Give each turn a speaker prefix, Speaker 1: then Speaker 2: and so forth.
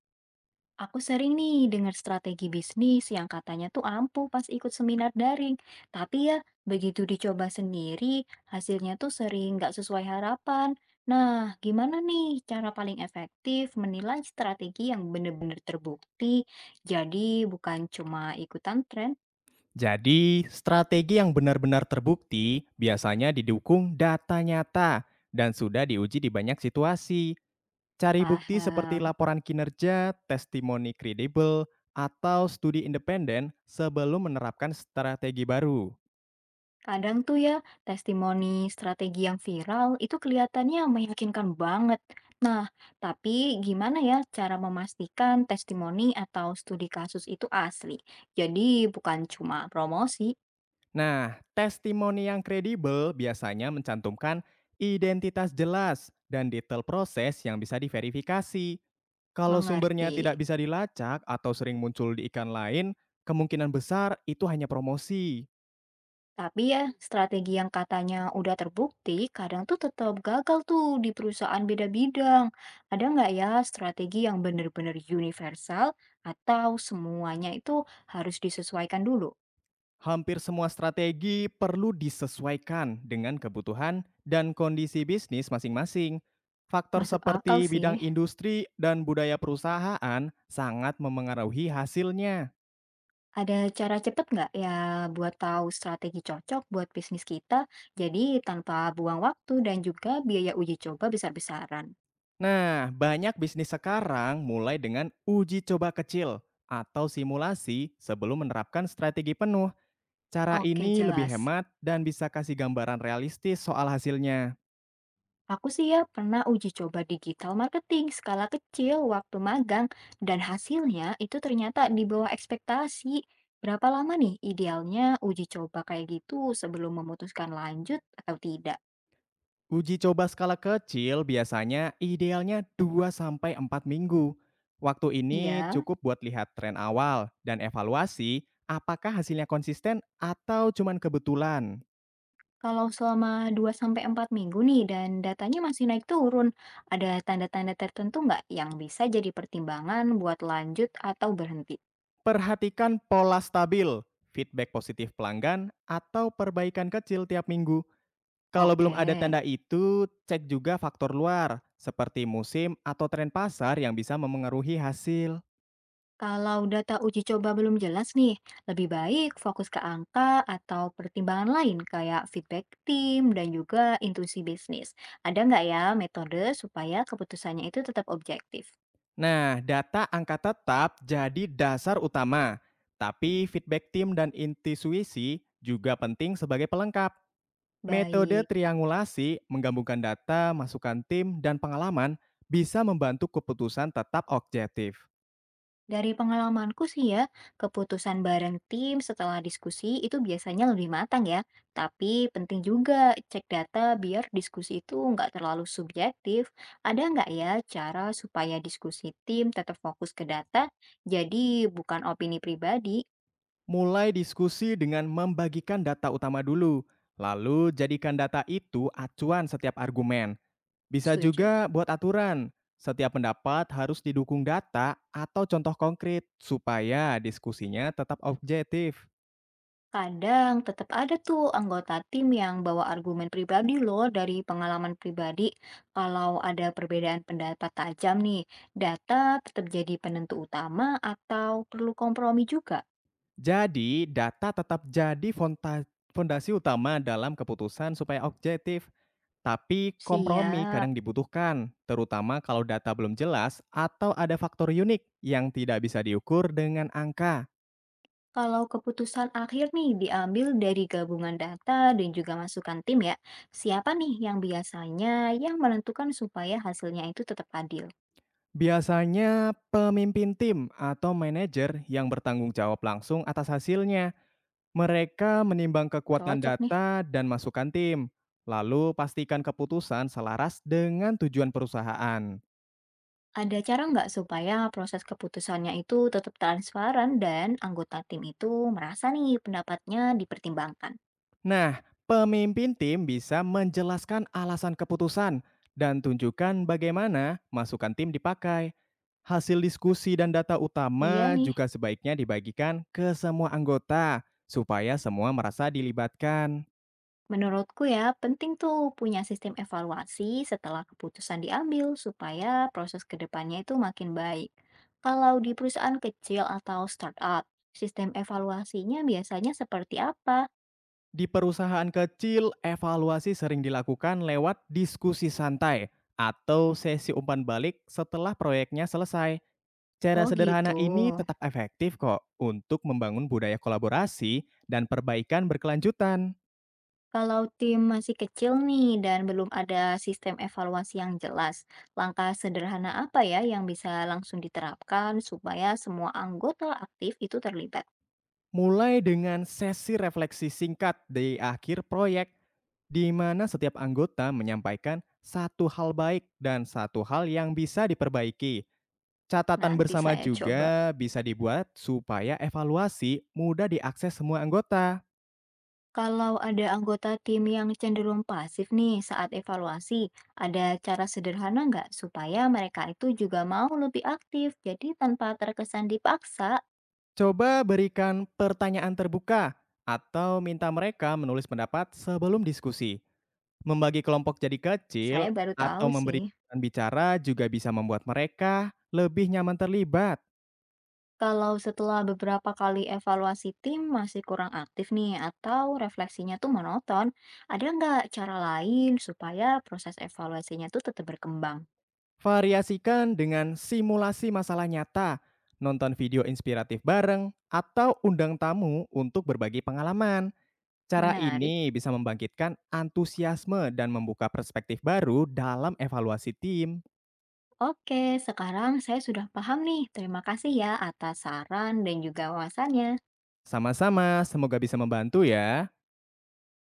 Speaker 1: Aku sering nih dengar strategi bisnis yang katanya tuh ampuh pas ikut seminar daring. Tapi ya, begitu dicoba sendiri, hasilnya tuh sering nggak sesuai harapan. Nah, gimana nih cara paling efektif menilai strategi yang benar-benar terbukti? Jadi bukan cuma ikutan tren,
Speaker 2: Jadi, strategi yang benar-benar terbukti biasanya didukung data nyata dan sudah diuji di banyak situasi. Cari bukti seperti
Speaker 1: paham.
Speaker 2: laporan kinerja, testimoni kredibel, atau studi independen sebelum menerapkan strategi baru.
Speaker 1: Kadang tuh ya, testimoni strategi yang viral itu kelihatannya meyakinkan banget. Nah, tapi gimana ya cara memastikan testimoni atau studi kasus itu asli? Jadi bukan cuma promosi,
Speaker 2: Nah, testimoni yang kredibel biasanya mencantumkan identitas jelas dan detail proses yang bisa diverifikasi. Kalau sumbernya
Speaker 1: mengerti.
Speaker 2: tidak bisa dilacak atau sering muncul di ikan lain, kemungkinan besar itu hanya promosi.
Speaker 1: Tapi ya, strategi yang katanya udah terbukti, kadang tuh tetap gagal tuh di perusahaan beda bidang. Ada nggak ya strategi yang benar-benar universal atau semuanya itu harus disesuaikan dulu?
Speaker 2: Hampir semua strategi perlu disesuaikan dengan kebutuhan dan kondisi bisnis masing-masing. Faktor
Speaker 1: Masuk akal
Speaker 2: seperti bidang
Speaker 1: sih.
Speaker 2: industri dan budaya perusahaan sangat memengaruhi hasilnya.
Speaker 1: Ada cara cepet nggak ya buat tahu strategi cocok buat bisnis kita, jadi tanpa buang waktu dan juga biaya uji coba besar-besaran?
Speaker 2: Nah, banyak bisnis sekarang mulai dengan uji coba kecil atau simulasi sebelum menerapkan strategi penuh. Cara
Speaker 1: Oke,
Speaker 2: ini lebih
Speaker 1: jelas.
Speaker 2: hemat dan bisa kasih gambaran realistis soal hasilnya.
Speaker 1: Aku sih ya pernah uji coba digital marketing skala kecil waktu magang dan hasilnya itu ternyata di bawah ekspektasi. Berapa lama nih idealnya uji coba kayak gitu sebelum memutuskan lanjut atau tidak?
Speaker 2: Uji coba skala kecil biasanya idealnya 2 sampai 4 minggu. Waktu ini
Speaker 1: Iya.
Speaker 2: cukup buat lihat tren awal dan evaluasi apakah hasilnya konsisten atau cuman kebetulan.
Speaker 1: Kalau selama 2 sampai 4 minggu nih dan datanya masih naik turun, ada tanda-tanda tertentu nggak yang bisa jadi pertimbangan buat lanjut atau berhenti?
Speaker 2: Perhatikan pola stabil, feedback positif pelanggan, atau perbaikan kecil tiap minggu. Kalau belum
Speaker 1: Oke,
Speaker 2: ada tanda itu, cek juga faktor luar, seperti musim atau tren pasar yang bisa memengaruhi hasil.
Speaker 1: kalau data uji coba belum jelas nih, lebih baik fokus ke angka atau pertimbangan lain kayak feedback tim dan juga intuisi bisnis. Ada nggak ya metode supaya keputusannya itu tetap objektif?
Speaker 2: Nah, data angka tetap jadi dasar utama, tapi feedback tim dan intuisi juga penting sebagai pelengkap. Metode
Speaker 1: Baik.
Speaker 2: triangulasi menggabungkan data, masukan tim, dan pengalaman bisa membantu keputusan tetap objektif.
Speaker 1: Dari pengalamanku sih ya, keputusan bareng tim setelah diskusi itu biasanya lebih matang ya. Tapi penting juga cek data biar diskusi itu nggak terlalu subjektif. Ada nggak ya cara supaya diskusi tim tetap fokus ke data, jadi bukan opini pribadi?
Speaker 2: Mulai diskusi dengan membagikan data utama dulu, lalu jadikan data itu acuan setiap argumen. Bisa
Speaker 1: Setuju.
Speaker 2: juga buat aturan. Setiap pendapat harus didukung data atau contoh konkret supaya diskusinya tetap objektif.
Speaker 1: Kadang tetap ada tuh anggota tim yang bawa argumen pribadi loh dari pengalaman pribadi. Kalau ada perbedaan pendapat tajam nih, data tetap jadi penentu utama atau perlu kompromi juga?
Speaker 2: Jadi, data tetap jadi fondasi utama dalam keputusan supaya objektif. Tapi kompromi
Speaker 1: Siap.
Speaker 2: kadang dibutuhkan, terutama kalau data belum jelas atau ada faktor unik yang tidak bisa diukur dengan angka.
Speaker 1: Kalau keputusan akhir nih diambil dari gabungan data dan juga masukan tim ya, siapa nih yang biasanya yang menentukan supaya hasilnya itu tetap adil?
Speaker 2: Biasanya pemimpin tim atau manajer yang bertanggung jawab langsung atas hasilnya. Mereka menimbang kekuatan
Speaker 1: Cocok nih.
Speaker 2: data dan masukan tim, lalu pastikan keputusan selaras dengan tujuan perusahaan.
Speaker 1: Ada cara nggak supaya proses keputusannya itu tetap transparan dan anggota tim itu merasa nih pendapatnya dipertimbangkan?
Speaker 2: Nah, pemimpin tim bisa menjelaskan alasan keputusan dan tunjukkan bagaimana masukan tim dipakai. Hasil diskusi dan data
Speaker 1: Iya
Speaker 2: utama
Speaker 1: nih,
Speaker 2: juga sebaiknya dibagikan ke semua anggota supaya semua merasa dilibatkan.
Speaker 1: menurutku ya penting tuh punya sistem evaluasi setelah keputusan diambil supaya proses kedepannya itu makin baik. Kalau di perusahaan kecil atau startup, sistem evaluasinya biasanya seperti apa?
Speaker 2: Di perusahaan kecil, evaluasi sering dilakukan lewat diskusi santai atau sesi umpan balik setelah proyeknya selesai. Cara
Speaker 1: Oh
Speaker 2: sederhana
Speaker 1: gitu.
Speaker 2: ini tetap efektif kok untuk membangun budaya kolaborasi dan perbaikan berkelanjutan.
Speaker 1: Kalau tim masih kecil nih dan belum ada sistem evaluasi yang jelas, langkah sederhana apa ya yang bisa langsung diterapkan supaya semua anggota aktif itu terlibat?
Speaker 2: Mulai dengan sesi refleksi singkat di akhir proyek, di mana setiap anggota menyampaikan satu hal baik dan satu hal yang bisa diperbaiki. Catatan
Speaker 1: Nanti
Speaker 2: bersama
Speaker 1: saya coba.
Speaker 2: juga bisa dibuat supaya evaluasi mudah diakses semua anggota.
Speaker 1: Kalau ada anggota tim yang cenderung pasif nih saat evaluasi, ada cara sederhana nggak supaya mereka itu juga mau lebih aktif? Jadi tanpa terkesan dipaksa,
Speaker 2: Coba berikan pertanyaan terbuka atau minta mereka menulis pendapat sebelum diskusi. Membagi kelompok jadi kecil
Speaker 1: saya baru tahu
Speaker 2: atau
Speaker 1: sih.
Speaker 2: memberi giliran bicara juga bisa membuat mereka lebih nyaman terlibat.
Speaker 1: Kalau setelah beberapa kali evaluasi tim masih kurang aktif nih atau refleksinya tuh monoton, ada nggak cara lain supaya proses evaluasinya tuh tetap berkembang?
Speaker 2: Variasikan dengan simulasi masalah nyata, nonton video inspiratif bareng, atau undang tamu untuk berbagi pengalaman. Cara
Speaker 1: Menarik.
Speaker 2: ini bisa membangkitkan antusiasme dan membuka perspektif baru dalam evaluasi tim.
Speaker 1: Oke, sekarang saya sudah paham nih. Terima kasih ya atas saran dan juga wawasannya.
Speaker 2: Sama-sama, semoga bisa membantu ya.